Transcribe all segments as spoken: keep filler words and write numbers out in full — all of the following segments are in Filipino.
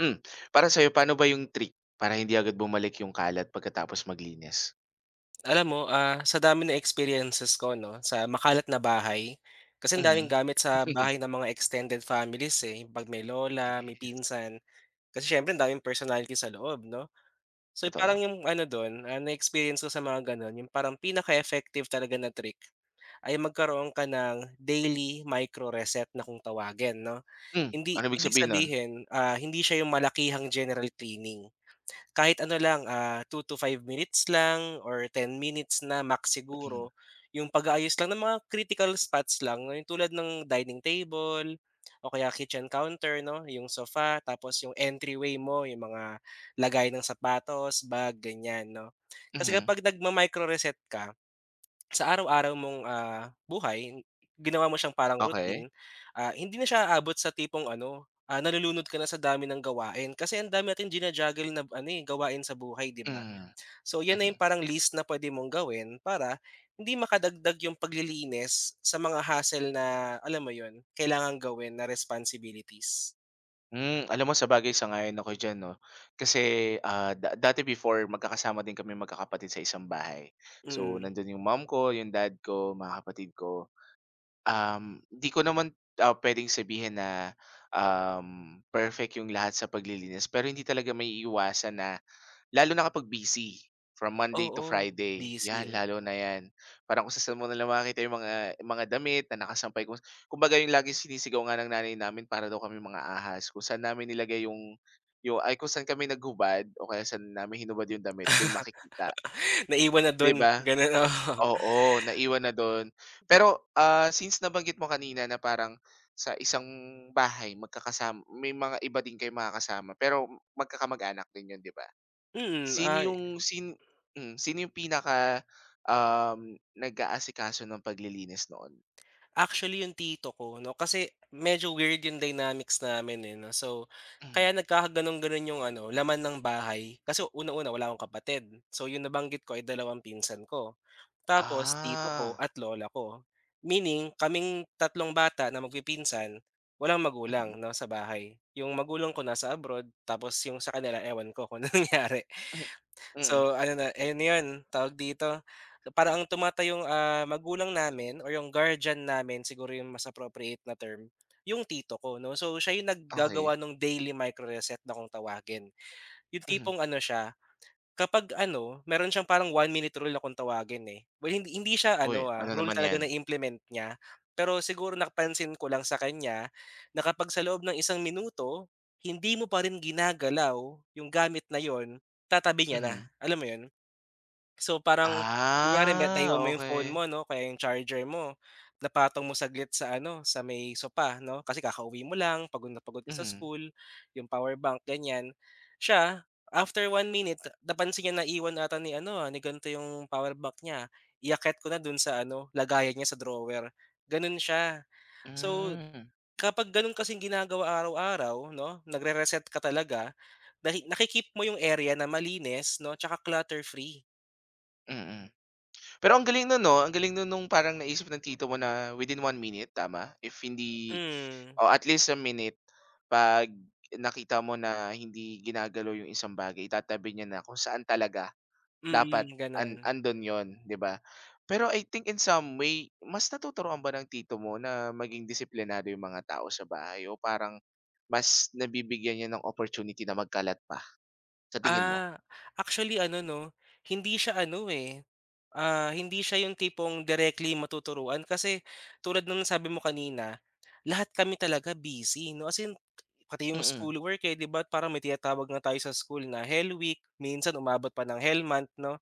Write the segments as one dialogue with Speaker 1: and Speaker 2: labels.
Speaker 1: Hmm, Para sa'yo paano ba yung trick para hindi agad bumalik yung kalat pagkatapos maglinis?
Speaker 2: Alam mo, ah, sa dami ng experiences ko 'no, sa makalat na bahay, kasi ang daming
Speaker 1: Mhm.
Speaker 2: gamit sa bahay ng mga extended families, eh, 'pag may lola, may
Speaker 1: Yes,
Speaker 2: pinsan, kasi siyempre ang daming personality sa loob 'no. So, eh,
Speaker 1: totoo.
Speaker 2: parang yung ano dun, ah, na-experience ko sa mga gano'n, yung parang pinaka-effective talaga na trick ay magkaroon ka ng daily micro-reset na kung tawagin 'no.
Speaker 1: Hmm,
Speaker 2: Hindi
Speaker 1: ano ibig
Speaker 2: ibig
Speaker 1: sabihin nun?
Speaker 2: sabihin, ah, hindi siya yung malakihang general cleaning, kahit ano lang, ah, two to five minutes lang or ten minutes na max
Speaker 1: Mhm,
Speaker 2: siguro, yung pag-aayos lang ng mga critical spots lang, no, yung tulad ng dining table o kaya kitchen counter 'no, yung sofa tapos yung entryway mo, yung mga lagay ng sapatos, bag, ganyan 'no. Kasi
Speaker 1: mhm,
Speaker 2: kapag nagma-micro reset ka sa araw-araw mong, ah, buhay, ginawa mo siyang parang
Speaker 1: okey.
Speaker 2: routine, ah, hindi na siya aabot sa tipong ano, ah, nalulunod ka na sa dami ng gawain, kasi ang dami nating jina na ano, eh, gawain sa buhay, 'di ba?
Speaker 1: Mhm,
Speaker 2: So 'yan na yung
Speaker 1: mhm.
Speaker 2: parang list na pwede mong gawin para hindi makadagdag yung paglilinis sa mga hassle na alam mo 'yun, kailangang gawin na responsibilities.
Speaker 1: Hmm, alam mo sabagay sang-ayon ako diyan 'no, kasi, ah, da dati before magkakasama din kami magkakapatid sa isang bahay. So,
Speaker 2: Mm,
Speaker 1: nandun yung mom ko, yung dad ko, mga kapatid ko. Um, 'di ko naman, ah, puwedeng sabihin na, um, perfect yung lahat sa paglilinis pero hindi talaga may maiiwasan na lalo na kapag busy from Monday to
Speaker 2: oo,
Speaker 1: Friday,
Speaker 2: busy.
Speaker 1: 'yan lalo na 'yan. Parang kung saan mo na lang makikita yung mga mga damit na nakasampay kung kumbaga yung laging sinisigaw nga ng nanay namin para daw kami mga ahas kung saan namin nilagay yung yung ay kung saan kami naghubad o kaya saan namin hinubad yung damit do'n makikita,
Speaker 2: Naiwan na
Speaker 1: 'di
Speaker 2: dun,
Speaker 1: ba?
Speaker 2: gano'n, oo.
Speaker 1: Oo, naiwan na don. Pero, ah, since nabanggit mo kanina na parang sa isang bahay magkakasama may mga iba din kayong makakasama pero magkakamag-anak din yun, 'di ba?
Speaker 2: Mm,
Speaker 1: Sino
Speaker 2: ah
Speaker 1: yung sin hmm, sino yung pinaka, um, nag-aasikaso ng paglilinis noon?
Speaker 2: actually, yung tito ko 'no, kasi medyo weird yung dynamics namin, eh, 'no. So, kaya
Speaker 1: Hmm,
Speaker 2: nagkakagano'n-gano'n yung ano, laman ng bahay. Kasi unang-una wala akong kapatid. So, yung nabanggit ko ay dalawang pinsan ko, tapos tito ko
Speaker 1: ah,
Speaker 2: at lola ko. Meaning kaming tatlong bata na magpipinsan, walang
Speaker 1: mhm,
Speaker 2: magulang 'no, sa bahay. Yung magulang ko nasa abroad, tapos yung sa kanila ewan ko kung ano nangyari.
Speaker 1: mhm, mm,
Speaker 2: So, ano na, ayun na yun, tawag dito, parang ang tumata yung ah, magulang namin or yung guardian namin siguro yung mas appropriate na term, yung tito ko 'no. So, siya yung
Speaker 1: okey,
Speaker 2: naggagawa ng daily micro-reset na kung tawagin. Yung
Speaker 1: mhm.
Speaker 2: tipong ano siya, kapag ano, meron siyang parang one minute rule na kung tawagin, eh. Well, hindi hindi siya
Speaker 1: Uy,
Speaker 2: ano, ah,
Speaker 1: ano
Speaker 2: rule
Speaker 1: naman
Speaker 2: talaga
Speaker 1: 'yan?
Speaker 2: na-implement niya, pero siguro napansin ko lang sa kanya na kapag sa loob ng isang minuto, hindi mo pa rin ginagalaw yung gamit na yon, tatabi niya na,
Speaker 1: Mhm.
Speaker 2: alam mo yun? So, parang kunyari na
Speaker 1: Ah,
Speaker 2: naiwan mo yung phone
Speaker 1: okey.
Speaker 2: mo 'no, kaya yung charger mo, napatong mo saglit sa ano, sa may sopa 'no, kasi kakauwi mo lang, pagod na pagod ka sa
Speaker 1: Mhm,
Speaker 2: school, yung power bank ganyan. Siya, after one minute napansin niya na iwan ata ni ano, ah, ni ganito yung power bank niya, iakyat ko na dun sa ano, lagayan niya sa drawer, ganun siya. So,
Speaker 1: hmm, mm.
Speaker 2: kapag ganun kasing ginagawa araw-araw 'no, nagre-reset ka talaga, nahi naki mo yung area na malinis 'no, 'tsaka clutter free.
Speaker 1: Mm. Pero ang galing nun 'no, ang galing nun nung parang naisip ng tito mo na within one minute, tama? If hindi
Speaker 2: Hmm.
Speaker 1: o at least a minute, 'pag nakita mo na hindi ginagalaw yung isang bagay, itatabi niya na kung saan talaga dapat
Speaker 2: Mm, gano'n.
Speaker 1: an andon yon, 'di ba? Pero I think in some way, mas natuturuan ba ng tito mo na maging disiplinado yung mga tao sa bahay o parang mas nabibigyan niya ng opportunity na magkalat pa, sa tingin mo?
Speaker 2: Ah, actually ano 'no, hindi siya ano, eh, ah, hindi siya yung tipong directly matuturuan, kasi tulad nung nasabi mo kanina, lahat kami talaga busy 'no, as in pati yung
Speaker 1: Mm,
Speaker 2: schoolwork, eh, 'di ba parang may tinatawag na tayo sa school na Hell Week, minsan umabot pa ng Hell Month 'no.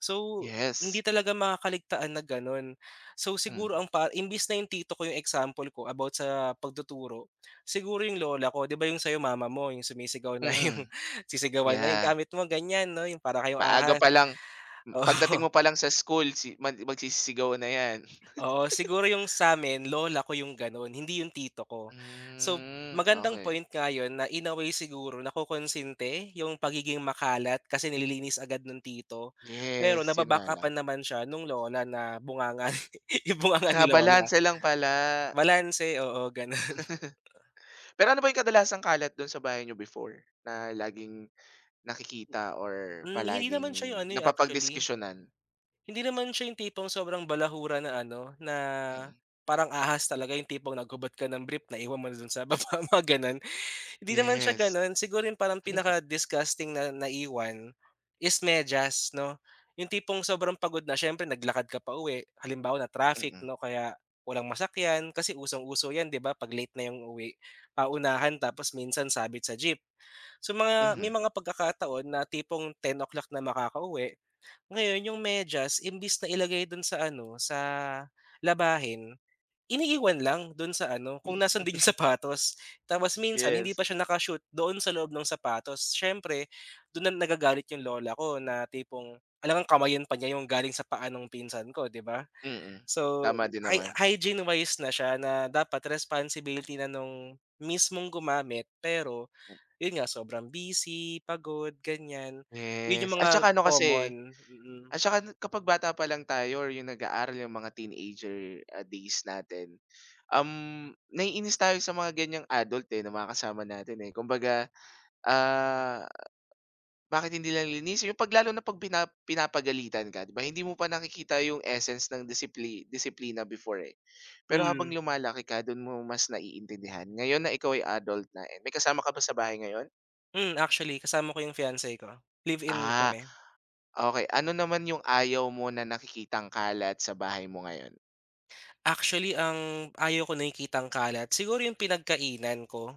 Speaker 2: So,
Speaker 1: yes.
Speaker 2: hindi talaga makakaligtaan na gano'n. So, siguro
Speaker 1: Hmm,
Speaker 2: ang pa imbes na yung tito ko yung example ko about sa pagtuturo, siguro yung lola ko, 'di ba yung sa'yo mama mo, yung sumisigaw
Speaker 1: mm,
Speaker 2: na yung
Speaker 1: Mm-mm.
Speaker 2: sisigawan na yung
Speaker 1: Yeah.
Speaker 2: gamit mo ganyan 'no, yung para kayong
Speaker 1: Maaga
Speaker 2: ahas,
Speaker 1: pa lang m-
Speaker 2: oo.
Speaker 1: pagdating mo pa lang sa school si mag magsisisigawan na 'yan.
Speaker 2: Oo, siguro yung sa'min lola ko yung gano'n, hindi yung tito ko. So,
Speaker 1: Hmm,
Speaker 2: magandang
Speaker 1: okey.
Speaker 2: point nga yun na in a way siguro nakokonsente yung pagiging makalat kasi nililinis agad nung tito. Pero
Speaker 1: Yes,
Speaker 2: naba
Speaker 1: 'yun nga
Speaker 2: back up
Speaker 1: lang.
Speaker 2: naman siya nung lola na bunganga, yung bunganga
Speaker 1: Ah,
Speaker 2: ni lola.
Speaker 1: balanse lang pala.
Speaker 2: Balanse, oo, gano'n.
Speaker 1: Pero ano ba 'yung kadalasang kalat do'n sa bahay nyo before na laging nakikita or
Speaker 2: Hmm, hindi
Speaker 1: palaging
Speaker 2: naman siya yung ano, eh, actually,
Speaker 1: napapagdiskusyonan?
Speaker 2: hindi naman siya yung tipong sobrang balahura na ano, na
Speaker 1: Mm.
Speaker 2: parang ahas talaga, yung tipong naghubat ka ng brief na iwan mo na dun sa baba, mga gano'n. Hindi naman siya
Speaker 1: Yes.
Speaker 2: gano'n, siguro yung parang pinaka-disgusting na naiwan is medyas 'no. Yung tipong sobrang pagod na siyempre naglakad ka pa pauwi, halimbawa na traffic
Speaker 1: Mm.
Speaker 2: 'no, kaya walang masakyan kasi usong-uso 'yan 'di ba 'pag late na yung uwi, paunahan tapos minsan sabit sa jeep. So mga
Speaker 1: Mhm.
Speaker 2: may mga pagkakataon na tipong ten o'clock na makakauwi, ngayon yung medyas imbis na ilagay dun sa ano, sa labahin, iniiwan lang do'n sa ano, kung nasaan din yung sapatos. Tapos minsan hindi
Speaker 1: Yes.
Speaker 2: pa siya naka-shoot doon sa loob ng sapatos. Siyempre, do'n na nagagalit yung lola ko na tipong alangang kamayin pa niya yung galing sa paa nung pinsan ko, 'di ba?
Speaker 1: Mm.
Speaker 2: So,
Speaker 1: Tama din
Speaker 2: hy
Speaker 1: naman.
Speaker 2: hygiene wise na siya, na dapat responsibility na nung mismong gumamit, pero yun nga sobrang busy, pagod, ganiyan. Yun
Speaker 1: Yes,
Speaker 2: yung
Speaker 1: at
Speaker 2: mga
Speaker 1: saka ano kasi.
Speaker 2: common, mm.
Speaker 1: At saka nu kapag bata pa lang tayo or yung nag-aaral, yung mga teenager, ah, days natin, um, naiinis tayo sa mga ganiyang adult, eh, na mga kasama natin, eh. Kumbaga, ah, bakit hindi lang linis yung 'pag na 'pag pina pinapagalitan ka, 'di ba? Hindi mo pa nakikita yung essence ng disipli disiplina before, eh. Pero habang
Speaker 2: Hmm,
Speaker 1: lumalaki ka, dun mo mas naiintindihan. Ngayon na ikaw ay adult na, eh may kasama ka ba sa bahay ngayon?
Speaker 2: hmm, actually kasama ko yung fiance ko, live-in
Speaker 1: Ah,
Speaker 2: kami.
Speaker 1: okay. Ano naman yung ayaw mo na nakikitang kalat sa bahay mo ngayon?
Speaker 2: Actually, ang ayaw ko nakikitang kalat, siguro yung pinagkainan ko.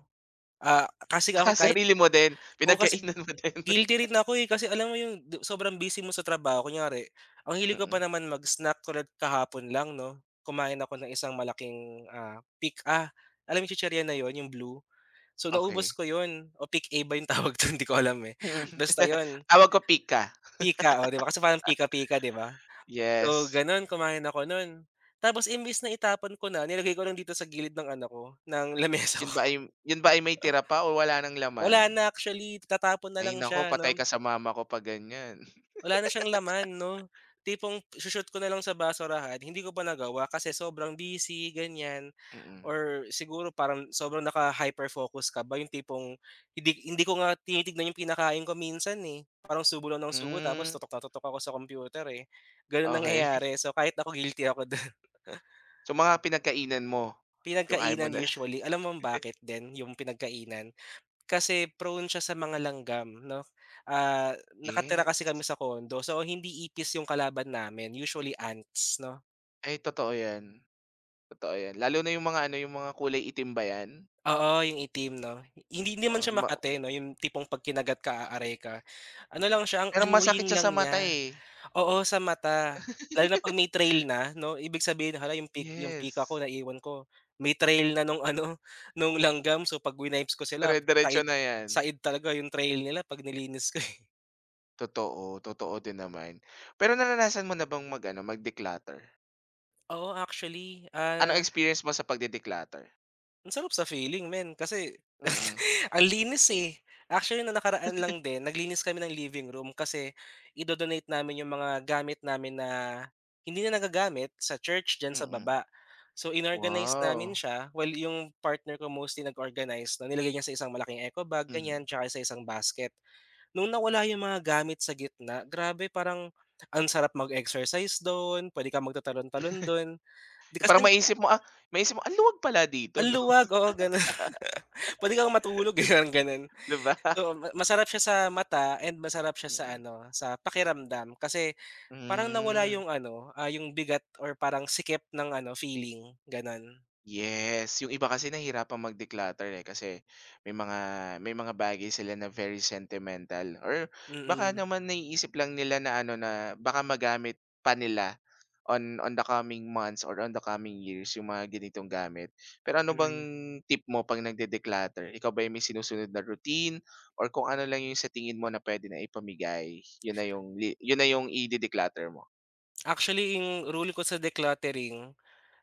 Speaker 2: Ah, kasi ako
Speaker 1: Ah,
Speaker 2: kahit,
Speaker 1: sarili mo din,
Speaker 2: oo, kasi
Speaker 1: pinagkainan mo din.
Speaker 2: guilty rin ako, eh, kasi alam mo yung du sobrang busy mo sa trabaho kunyari, ang hilig ko pa
Speaker 1: Mm,
Speaker 2: naman mag-snack tulad kahapon lang 'no, kumain ako ng isang malaking, ah, Pick A. Alam mo yung chichirya na yon, yung blue? So, naubos
Speaker 1: okey.
Speaker 2: ko yon, o Pick A ba yung tawag dun, di ko alam, eh.
Speaker 1: Mm.
Speaker 2: Basta yun,
Speaker 1: Tawag ko pika,
Speaker 2: Pick A, oh, di ba? Kasi parang pika-pika, di ba? So,
Speaker 1: yes.
Speaker 2: gano'n kumain ako no'n. Tapos imbis na itapon ko na, nilagay ko lang dito sa gilid ng ano ko, ng lamesa ko.
Speaker 1: Yun ba ay yun ba ay may tira pa o wala ng laman?
Speaker 2: Wala na actually, tatapon na
Speaker 1: Ay
Speaker 2: lang
Speaker 1: naku,
Speaker 2: siya 'no.
Speaker 1: patay ka sa mama ko 'pag ganyan.
Speaker 2: Wala na siyang laman 'no, tipong sho-shoot ko na lang sa basurahan. Hindi ko pa nagawa kasi sobrang busy ganyan,
Speaker 1: Mm.
Speaker 2: or siguro parang sobrang naka-hyper-focus ka ba, yung tipong hindi hindi ko nga tinitignan yung kinakain ko minsan, eh. Parang subo lang ng subo tapos
Speaker 1: Hmm,
Speaker 2: tutok na tutok ako sa computer, eh. Gano'n
Speaker 1: okey.
Speaker 2: nangyayari. So, kahit ako guilty ako do'n.
Speaker 1: So, mga pinagkainan mo, yung ayaw mo
Speaker 2: Pinagkainan
Speaker 1: na.
Speaker 2: usually, alam mo bakit din yung pinagkainan? Kasi prone siya sa mga langgam 'no. Ah, nakatira kasi kami
Speaker 1: Yes.
Speaker 2: sa condo, so hindi ipis yung kalaban namin, usually ants 'no.
Speaker 1: Ay totoo yan, totoo yan. Lalo na yung mga ano, yung mga kulay itim ba yan?
Speaker 2: Oo, yung itim 'no. Hindi hindi man
Speaker 1: Oo,
Speaker 2: siya
Speaker 1: ma
Speaker 2: makate 'no, yung tipong 'pag kinagat ka, aaray ka. Ano lang siya, ang
Speaker 1: pero masakit
Speaker 2: annoying
Speaker 1: siya
Speaker 2: lang
Speaker 1: sa
Speaker 2: niya.
Speaker 1: mata, eh.
Speaker 2: Oo, sa mata. Lalo na 'pag may trail na 'no, ibig sabihin, hala yung pi yung pika ko
Speaker 1: Yes,
Speaker 2: naiwan ko, may trail na nung ano, nung langgam. So 'pag winips ko sila,
Speaker 1: dire-diretso
Speaker 2: said
Speaker 1: na yan.
Speaker 2: said talaga yung trail nila 'pag nilinis ko, eh.
Speaker 1: Totoo, totoo din naman. Pero naranasan mo na bang mag-ano, mag-declutter?
Speaker 2: Oo, actually,
Speaker 1: Anong
Speaker 2: ah
Speaker 1: experience mo sa pagde-declutter?
Speaker 2: ang sarap sa feeling men, kasi
Speaker 1: Mm,
Speaker 2: ang linis, eh. Actually na nakaraan lang din naglinis kami ng living room kasi ido namin yung mga gamit namin na hindi na nagagamit sa church diyan sa
Speaker 1: mm.
Speaker 2: baba. So inorganize namin
Speaker 1: Wow,
Speaker 2: siya, well, yung partner ko mostly nag-organize, na nilagay niya sa isang malaking eco bag ganyan
Speaker 1: mhm.
Speaker 2: tsaka sa isang basket. Nung nawala yung mga gamit sa gitna, grabe, parang ang sarap mag-exercise dun, pwede kang magtatalon-talon dun, di
Speaker 1: Yung parang
Speaker 2: kasi
Speaker 1: maisip mo, ah, maisip mo, "Ang luwag pala dito
Speaker 2: ang
Speaker 1: 'no?"
Speaker 2: luwag, oo gano'n. Puwede kang matulog, eh, parang gano'n.
Speaker 1: 'Di ba?
Speaker 2: Oo, ma masarap siya sa mata and masarap siya sa
Speaker 1: Mm,
Speaker 2: ano, sa pakiramdam, kasi parang nawala
Speaker 1: hmm.
Speaker 2: yung ano, ah, yung bigat or parang sikip ng ano, feeling, gano'n.
Speaker 1: Yes, yung iba kasi nahihirapang mag-declutter, eh, kasi may mga may mga bagay sila na very sentimental or
Speaker 2: Mm,
Speaker 1: baka
Speaker 2: mm.
Speaker 1: naman naiisip lang nila na ano, na baka magamit pa nila on on the coming months or on the coming years yung mga ganitong gamit. Pero ano bang
Speaker 2: Mm.
Speaker 1: tip mo 'pag nagde-declutter? Ikaw ba yung may sinusunod na routine or kung ano lang yung sa tingin mo na pwede na ipamigay, yun na yung li yun na yung ide-declutter mo?
Speaker 2: Actually, yung rule ko sa decluttering,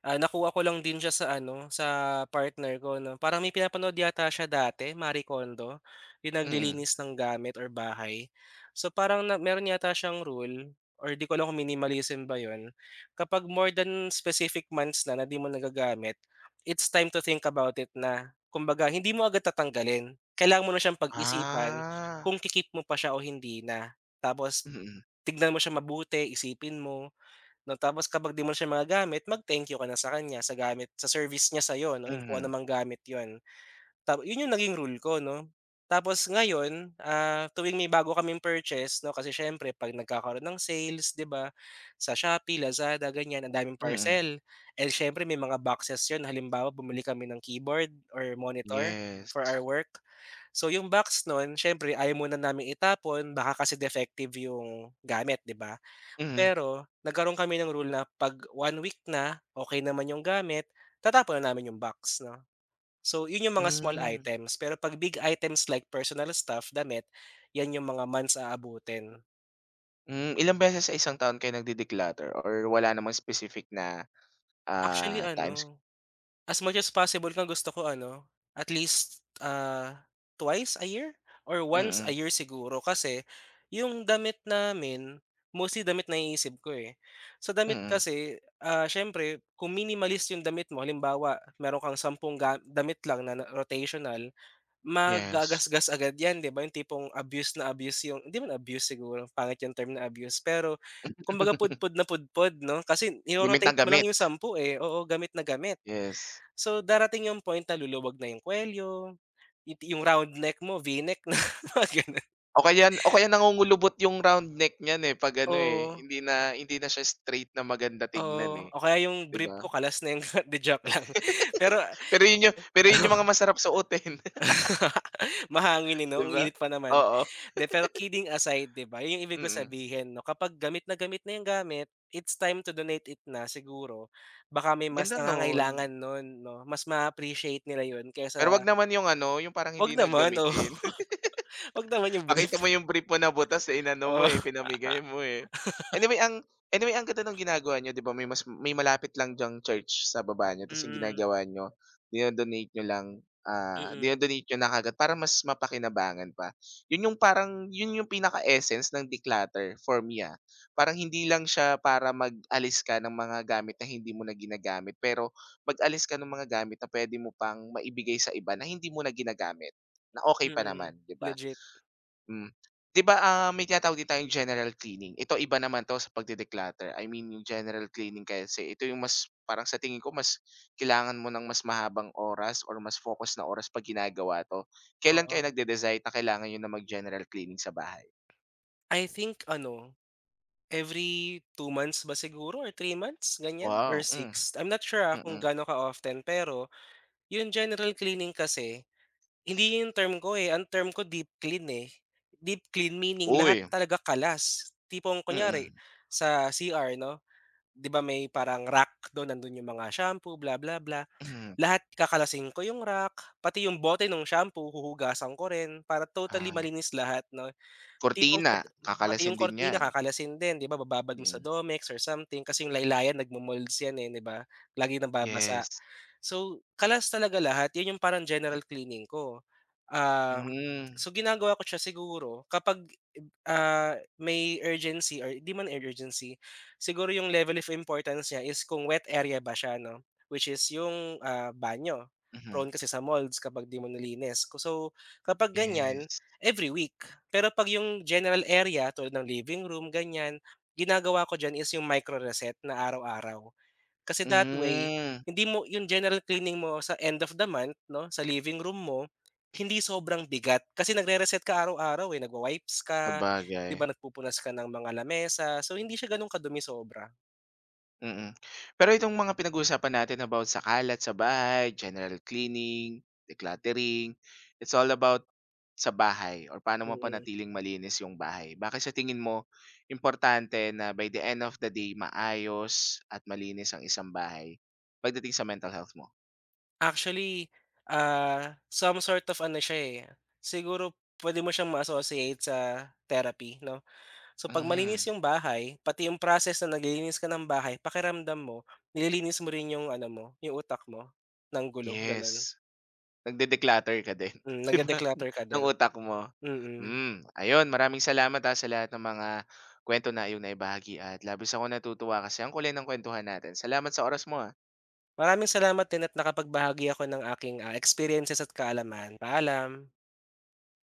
Speaker 2: Ah, nakuha ko lang din siya sa ano, sa partner ko 'no, parang may pinapanood yata siya dati, Marie Kondo, yung
Speaker 1: Mm.
Speaker 2: naglilinis ng gamit or bahay. So parang na meron yata siyang rule or di ko alam kung minimalism ba yun, kapag more than specific months na na di mo nagagamit, it's time to think about it na. Kumbaga hindi mo agad tatanggalin, kailangan mo na siyang pag-isipan
Speaker 1: Ah.
Speaker 2: kung kikip mo pa siya o hindi na. Tapos
Speaker 1: Mm.
Speaker 2: tignan mo siya mabuti, isipin mo. 'No, tapos kapag di mo na siya magagamit, mag-thank you ka na sa kanya sa gamit, sa service niya sa'yo 'no, yung kung ano
Speaker 1: Mhm.
Speaker 2: gamit yon. Ta yun yung naging rule ko 'no. Tapos ngayon, ah, tuwing may bago kaming purchase 'no, kasi siyempre 'pag nagkakaroon ng sales 'di ba, sa Shopee, Lazada ganyan ang daming
Speaker 1: Mm.
Speaker 2: parcel. And siyempre may mga boxes yon, halimbawa bumili kami ng keyboard or monitor for our
Speaker 1: Yes.
Speaker 2: work. So yung box nun siyempre ayaw muna namin itapon, baka kasi defective yung gamit 'di ba.
Speaker 1: Mm.
Speaker 2: Pero nagkaroon kami ng rule na 'pag one week na, okay naman yung gamit, tatapon na namin yung box 'no. So yun yung mga small
Speaker 1: Hmm.
Speaker 2: items, pero 'pag big items like personal stuff, damit, yan yung mga months aabutin.
Speaker 1: Hmm, ilang beses sa isang taon kayo nagde-declutter or wala namang specific na,
Speaker 2: Actually
Speaker 1: ah, times?
Speaker 2: ano, as much as possible kung gusto ko ano, at least, ah, twice a year or once a
Speaker 1: Mm,
Speaker 2: year siguro, kasi yung damit namin, mostly damit na naiisip ko, eh. Sa damit
Speaker 1: mm.
Speaker 2: kasi, ah, siyempre kung minimalist yung damit mo, halimbawa meron kang sampung ga damit lang na na- rotational,
Speaker 1: Yes.
Speaker 2: magagasgas agad yan 'di ba, yung tipong abuse na abuse, yung hindi man abuse siguro, pangit yung term na abuse, pero kumbaga pudpud na pudpud 'no, kasi
Speaker 1: Gamit na
Speaker 2: niro-rotate mo lang
Speaker 1: gamit,
Speaker 2: yung sampu, eh, oo, gamit na gamit.
Speaker 1: yes.
Speaker 2: So, darating yung point na luluwag na yung kuwelyo, yung yung round neck mo V-neck na, mga gano'n.
Speaker 1: O kaya o kaya nangungulubot yung round neck niyan, eh, 'pag ano, eh,
Speaker 2: Oo,
Speaker 1: hindi na hindi na siya straight na maganda tignan,
Speaker 2: oo,
Speaker 1: eh,
Speaker 2: o kaya yung
Speaker 1: 'di
Speaker 2: brief
Speaker 1: ba?
Speaker 2: ko kalas na yung the joke lang. Pero
Speaker 1: Pero yun yung pero yun yung mga masarap suotin.
Speaker 2: mahangin, eh,
Speaker 1: 'Di
Speaker 2: 'no, ang
Speaker 1: ba?
Speaker 2: init pa naman.
Speaker 1: Oo,
Speaker 2: 'Di, pero kidding aside, 'di ba, yun yung ibig ko
Speaker 1: mm.
Speaker 2: sabihin, 'no, kapag gamit na gamit na yung gamit, it's time to donate it na siguro. Baka may mas
Speaker 1: Ganda nun.
Speaker 2: nangangailangan nun, 'no, mas ma appreciate nila yun kaysa
Speaker 1: Pero 'wag naman yung ano, yung parang
Speaker 2: 'wag
Speaker 1: hindi na
Speaker 2: naman, oo,
Speaker 1: gamitin.
Speaker 2: 'wag naman yung brief.
Speaker 1: Makita mo yung brief mo na butas, na inano mo,
Speaker 2: Oo,
Speaker 1: eh, pinamigay mo, eh. Anyway ang anyway ang ganda ng ginagawa niyo, 'di ba, may mas may malapit lang diyang church sa baba niyo ta's ang
Speaker 2: mm,
Speaker 1: ginagawa niyo, dino-donate niyo lang, ah,
Speaker 2: mm,
Speaker 1: dino-donate niyo na kaagad para mas mapakinabangan pa. Yun yung parang yun yung pinaka-essence ng declutter for me, ah. Parang hindi lang siya para mag-alis ka ng mga gamit na hindi mo na ginagamit, pero mag-alis ka ng mga gamit na pwede mo pang maibigay sa iba na hindi mo na ginagamit, na okay pa
Speaker 2: mm,
Speaker 1: naman, 'di ba?
Speaker 2: legit.
Speaker 1: Hmm. 'Di ba, ah, may tinatawag din tayong general cleaning. Ito iba naman 'to sa pagde-declutter. I mean yung general cleaning kasi ito yung mas parang sa tingin ko mas kailangan mo ng mas mahabang oras or mas focus na oras 'pag ginagawa 'to. Kailan kayo
Speaker 2: Oo.
Speaker 1: nagde-decide na kailangan niyo na mag-general cleaning sa bahay?
Speaker 2: I think ano, every two months ba siguro or three months, ganyan or
Speaker 1: Wow, hmm,
Speaker 2: six? I'm not sure, ah, kung
Speaker 1: mm.
Speaker 2: gaano ka-often, pero yung general cleaning kasi, hindi yun yung term ko, eh, ang term ko deep clean, eh. Deep clean, meaning lahat
Speaker 1: Uy,
Speaker 2: talaga kalas, tipong kunyari
Speaker 1: mm,
Speaker 2: sa C R 'no, 'di ba may parang rack dun, nandun yung mga shampoo, bla bla bla,
Speaker 1: mhm,
Speaker 2: lahat kakalasin ko yung rack, pati yung bote nung shampoo huhugasan ko rin para totally
Speaker 1: ah,
Speaker 2: malinis lahat 'no. Tipong
Speaker 1: kurtina
Speaker 2: pat pati
Speaker 1: kakalasin
Speaker 2: yung
Speaker 1: din
Speaker 2: kortina
Speaker 1: 'yan.
Speaker 2: kakalasin din, 'di ba bababad mo sa
Speaker 1: Mm,
Speaker 2: Domex or something, kasi yung laylayan nagmo-molds yan, eh, 'di ba? Laging nababasa.
Speaker 1: yes.
Speaker 2: So, kalas talaga lahat, 'yun yung parang general cleaning ko. Um,
Speaker 1: Hmm,
Speaker 2: so ginagawa ko siya siguro kapag, ah, may urgency or 'di man urgency, siguro yung level of importance niya is kung wet area ba siya 'no, which is yung, ah, banyo.
Speaker 1: mhm,
Speaker 2: Prone kasi sa molds kapag 'di mo nilinis. Ko- So, kapag ganyan
Speaker 1: yes.
Speaker 2: every week. Pero 'pag yung general area tulad ng living room, ganyan, ginagawa ko diyan is yung micro-reset na araw-araw. Kasi that way,
Speaker 1: Hmm,
Speaker 2: hindi mo yung general cleaning mo sa end of the month 'no, sa living room mo, hindi sobrang bigat. Kasi nagre-reset ka araw-araw, eh, nagwa-wipes ka,
Speaker 1: sabagay.
Speaker 2: 'di ba, nagpupunas ka ng mga lamesa. So, hindi siya gano'n kadumi sobra,
Speaker 1: Mm. Pero itong mga pinag-uusapan natin about sa kalat sa bahay, general cleaning, decluttering, it's all about sa bahay or paano
Speaker 2: mm.
Speaker 1: mapanatiling malinis yung bahay. Bakit sa tingin mo importante na by the end of the day maayos at malinis ang isang bahay pagdating sa mental health mo?
Speaker 2: Actually, ah, some sort of ano siya, eh, siguro pwede mo siyang ma-associate sa therapy 'no. So, 'pag malinis
Speaker 1: Hmm,
Speaker 2: yung bahay, pati yung process na naglilinis ka ng bahay, pakiramdam mo nililinis mo rin yung ano mo, yung utak mo ng gulo, gano'n.
Speaker 1: yes. Nagde-declutter ka din,
Speaker 2: Hmm,
Speaker 1: 'di ba,
Speaker 2: nagde-declutter ka
Speaker 1: ng
Speaker 2: din?
Speaker 1: utak mo.
Speaker 2: Mm.
Speaker 1: Hmm, ayun maraming salamat, ah, sa lahat ng mga kwento na iyong naibahagi at labis akong natutuwa kasi ang kulay ng kuwentuhan natin. Salamat sa oras mo, ah.
Speaker 2: Maraming salamat din at nakapagbahagi ako ng aking, ah, experiences at kaalaman. Paalam.